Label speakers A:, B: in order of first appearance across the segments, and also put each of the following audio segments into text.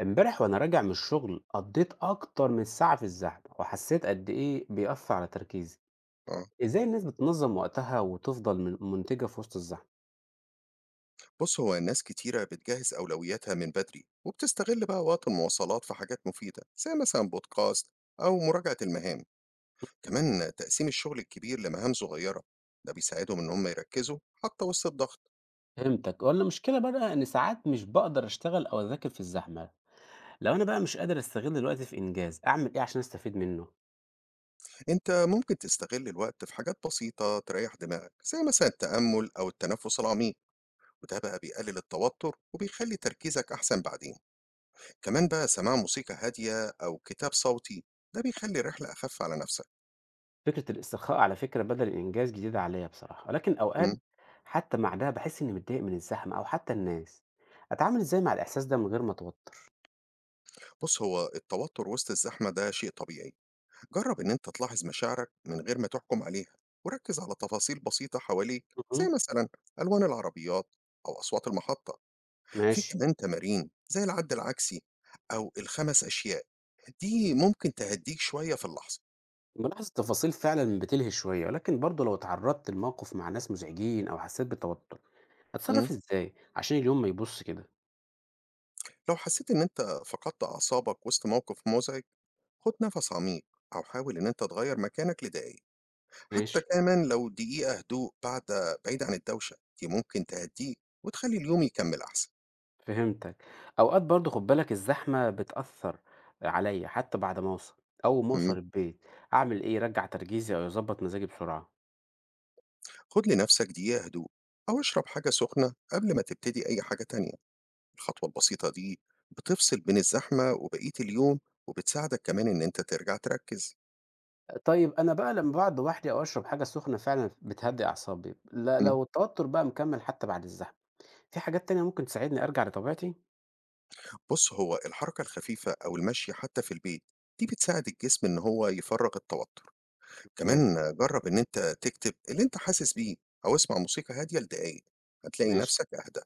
A: امبارح وانا راجع من الشغل قضيت اكتر من ساعة في الزحمة وحسيت قد ايه بيأثر على تركيزي.
B: آه.
A: ازاي الناس بتنظم وقتها وتفضل منتجة في وسط الزحمة؟
B: بُص، هو ناس كتيرة بتجهّز أولوياتها من بدري، وبتستغل بقى وقت المواصلات في حاجات مفيدة، زي مثلًا بودكاست أو مراجعة المهام. كمان تقسيم الشغل الكبير لمهام صغيرة، ده بيساعدهم إن هم يركّزوا حتى وسط الضغط.
A: فهمتك. ولا مشكلة بقى ان ساعات مش بقدر اشتغل او اذاكر في الزحمة؟ لو انا بقى مش قادر استغل الوقت في انجاز اعمل ايه عشان استفيد منه؟
B: أنت ممكن تستغل الوقت في حاجات بسيطة تريّح دماغك، زي مثلًا التأمُّل أو التنفُّس العميق، وده بقى بيقلل التوتر وبيخلّي تركيزك أحسن بعدين. كمان بقى سماع موسيقى هادية أو كتاب صوتي، ده بيخلّي الرحلة أخف على نفسك.
A: فكرة الاسترخاء على فكرة بدل الانجاز جديدة عليا بصراحة، ولكن
B: إمم.
A: اوقات حتى مع ده بحس اني متضايق من الزحمة او حتى الناس. اتعامل ازاي مع الاحساس ده من غير ما اتوتر؟
B: بص، هو التوتر وسط الزحمة ده شيء طبيعي. جرب إن أنت تلاحظ مشاعرك من غير ما تحكم عليها، وركز على تفاصيل بسيطة حواليك، زي
A: مهم.
B: مثلا ألوان العربيات أو أصوات المحطة. في
A: ماشي.
B: كمان تمارين زي العد العكسي أو الخمس أشياء، دي ممكن تهديك شوية في اللحظة.
A: ملاحظة التفاصيل فعلا بتلهي شوية، ولكن برضه لو اتعرضت لموقف مع ناس مزعجين أو حسيت بالتوتر،
B: مم.
A: هتصرف ازاي عشان اليوم ما يبص كده؟
B: لو حسيت إن أنت فقدت أعصابك وسط موقف مزعج، خد نفس عميق أو حاول إن أنت تغير مكانك لدقايق، حتى
A: ماشي.
B: كمان لو دقيقة هدوء. بعد، بعيد عن الدوشة دي، ممكن تهديك وتخلي اليوم يكمل أحسن.
A: فهمتك. أوقات برضه خد بالك الزحمة بتأثر عليا حتى بعد ما أوصل. أول ما أوصل
B: مم.
A: البيت أعمل إيه يرجع تركيزي أو يظبط مزاجي بسرعة؟
B: خد لنفسك دقيقة هدوء أو اشرب حاجة سخنة قبل ما تبتدي أي حاجة تانية. الخطوة البسيطة دي بتفصل بين الزحمة وبقية اليوم، وبتساعدك كمان إن أنت ترجع تركز.
A: طيب أنا بقى لما بقعد لوحدي أو أشرب حاجة سخنة فعلا بتهدي أعصابي، لا
B: مم.
A: لو التوتر بقى مكمل حتى بعد الزحمة، في حاجات تانية ممكن تساعدني أرجع لطبيعتي؟
B: بص، هو الحركة الخفيفة أو المشي حتى في البيت، دي بتساعد الجسم إن هو يفرغ التوتر.
A: ممتاز.
B: كمان جرب إن أنت تكتب اللي أنت حاسس بيه أو اسمع موسيقى هادية لدقايق، هتلاقي
A: ماشي.
B: نفسك أهدى.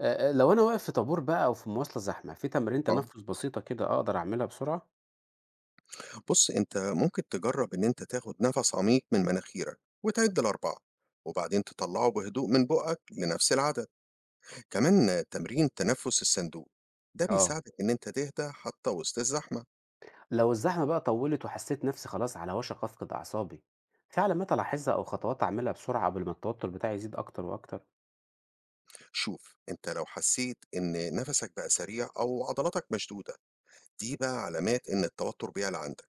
A: لو أنا واقف في طابور بقى أو في مواصلة زحمة، في تمرينة
B: اه،
A: تنفس بسيطة كده أقدر أعملها بسرعة؟
B: بص، انت ممكن تجرب ان انت تاخد نفس عميق من مناخيرك وتعد لأربعة، وبعدين تطلعه بهدوء من بقك لنفس العدد. كمان تمرين تنفس الصندوق، ده
A: آه.
B: بيساعدك ان انت تهدى حتى وسط الزحمة.
A: لو الزحمة بقى طوّلت وحسيت نفسي خلاص على وشك أفقد أعصابي، في علامات ألاحظها أو خطوات أعملها بسرعة قبل ما التوتر بتاعي يزيد أكتر وأكتر؟
B: شوف، انت لو حسيت ان نفسك بقى سريع او عضلاتك مشدودة، دي بقى علامات ان التوتر بيعلى عندك.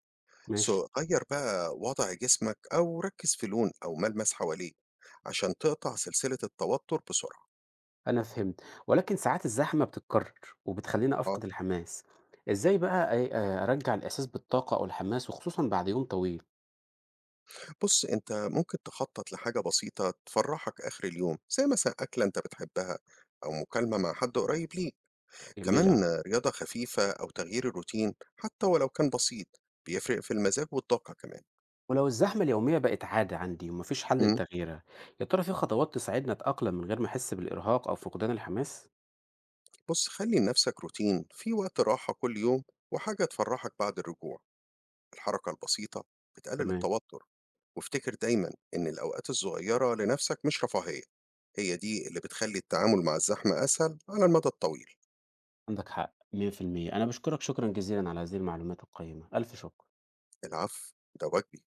A: ماشي.
B: سو غير بقى وضع جسمك او ركز في لون او ملمس حواليك عشان تقطع سلسلة التوتر بسرعة.
A: أنا فهمت، ولكن ساعات الزحمة بتتكرر وبتخلّيني أفقد الحماس. إزاي بقى أرجّع الإحساس بالطاقة أو الحماس وخصوصًا بعد يوم طويل؟
B: بُص، أنت ممكن تخطّط لحاجة بسيطة تفرّحك آخر اليوم، زي مثلًا أكلة أنت بتحبها أو مكالمة مع حد قريب ليك.
A: جميل أوي.
B: كمان رياضة خفيفة أو تغيير الروتين حتى ولو كان بسيط، بيفرق في المزاج والطاقة كمان.
A: ولو الزحمة اليومية بقت عادة عندي ومفيش حل
B: إمم.
A: لتغييرها، يا ترى في خطوات تساعدني أتأقلم من غير ما أحس بالإرهاق أو فقدان الحماس؟
B: بُص، خلّي لنفسك روتين فيه وقت راحة كل يوم وحاجة تفرّحك بعد الرجوع. الحركة البسيطة بتقلل
A: تمام.
B: التوتر، وافتكر دايمًا إن الأوقات الصغيرة لنفسك مش رفاهية، هي دي اللي بتخلّي التعامل مع الزحمة أسهل على المدى الطويل.
A: عندك حق 100%. أنا بشكرك شكرا جزيلا على هذه المعلومات القيمة، ألف شكر.
B: العفو، ده واجبي.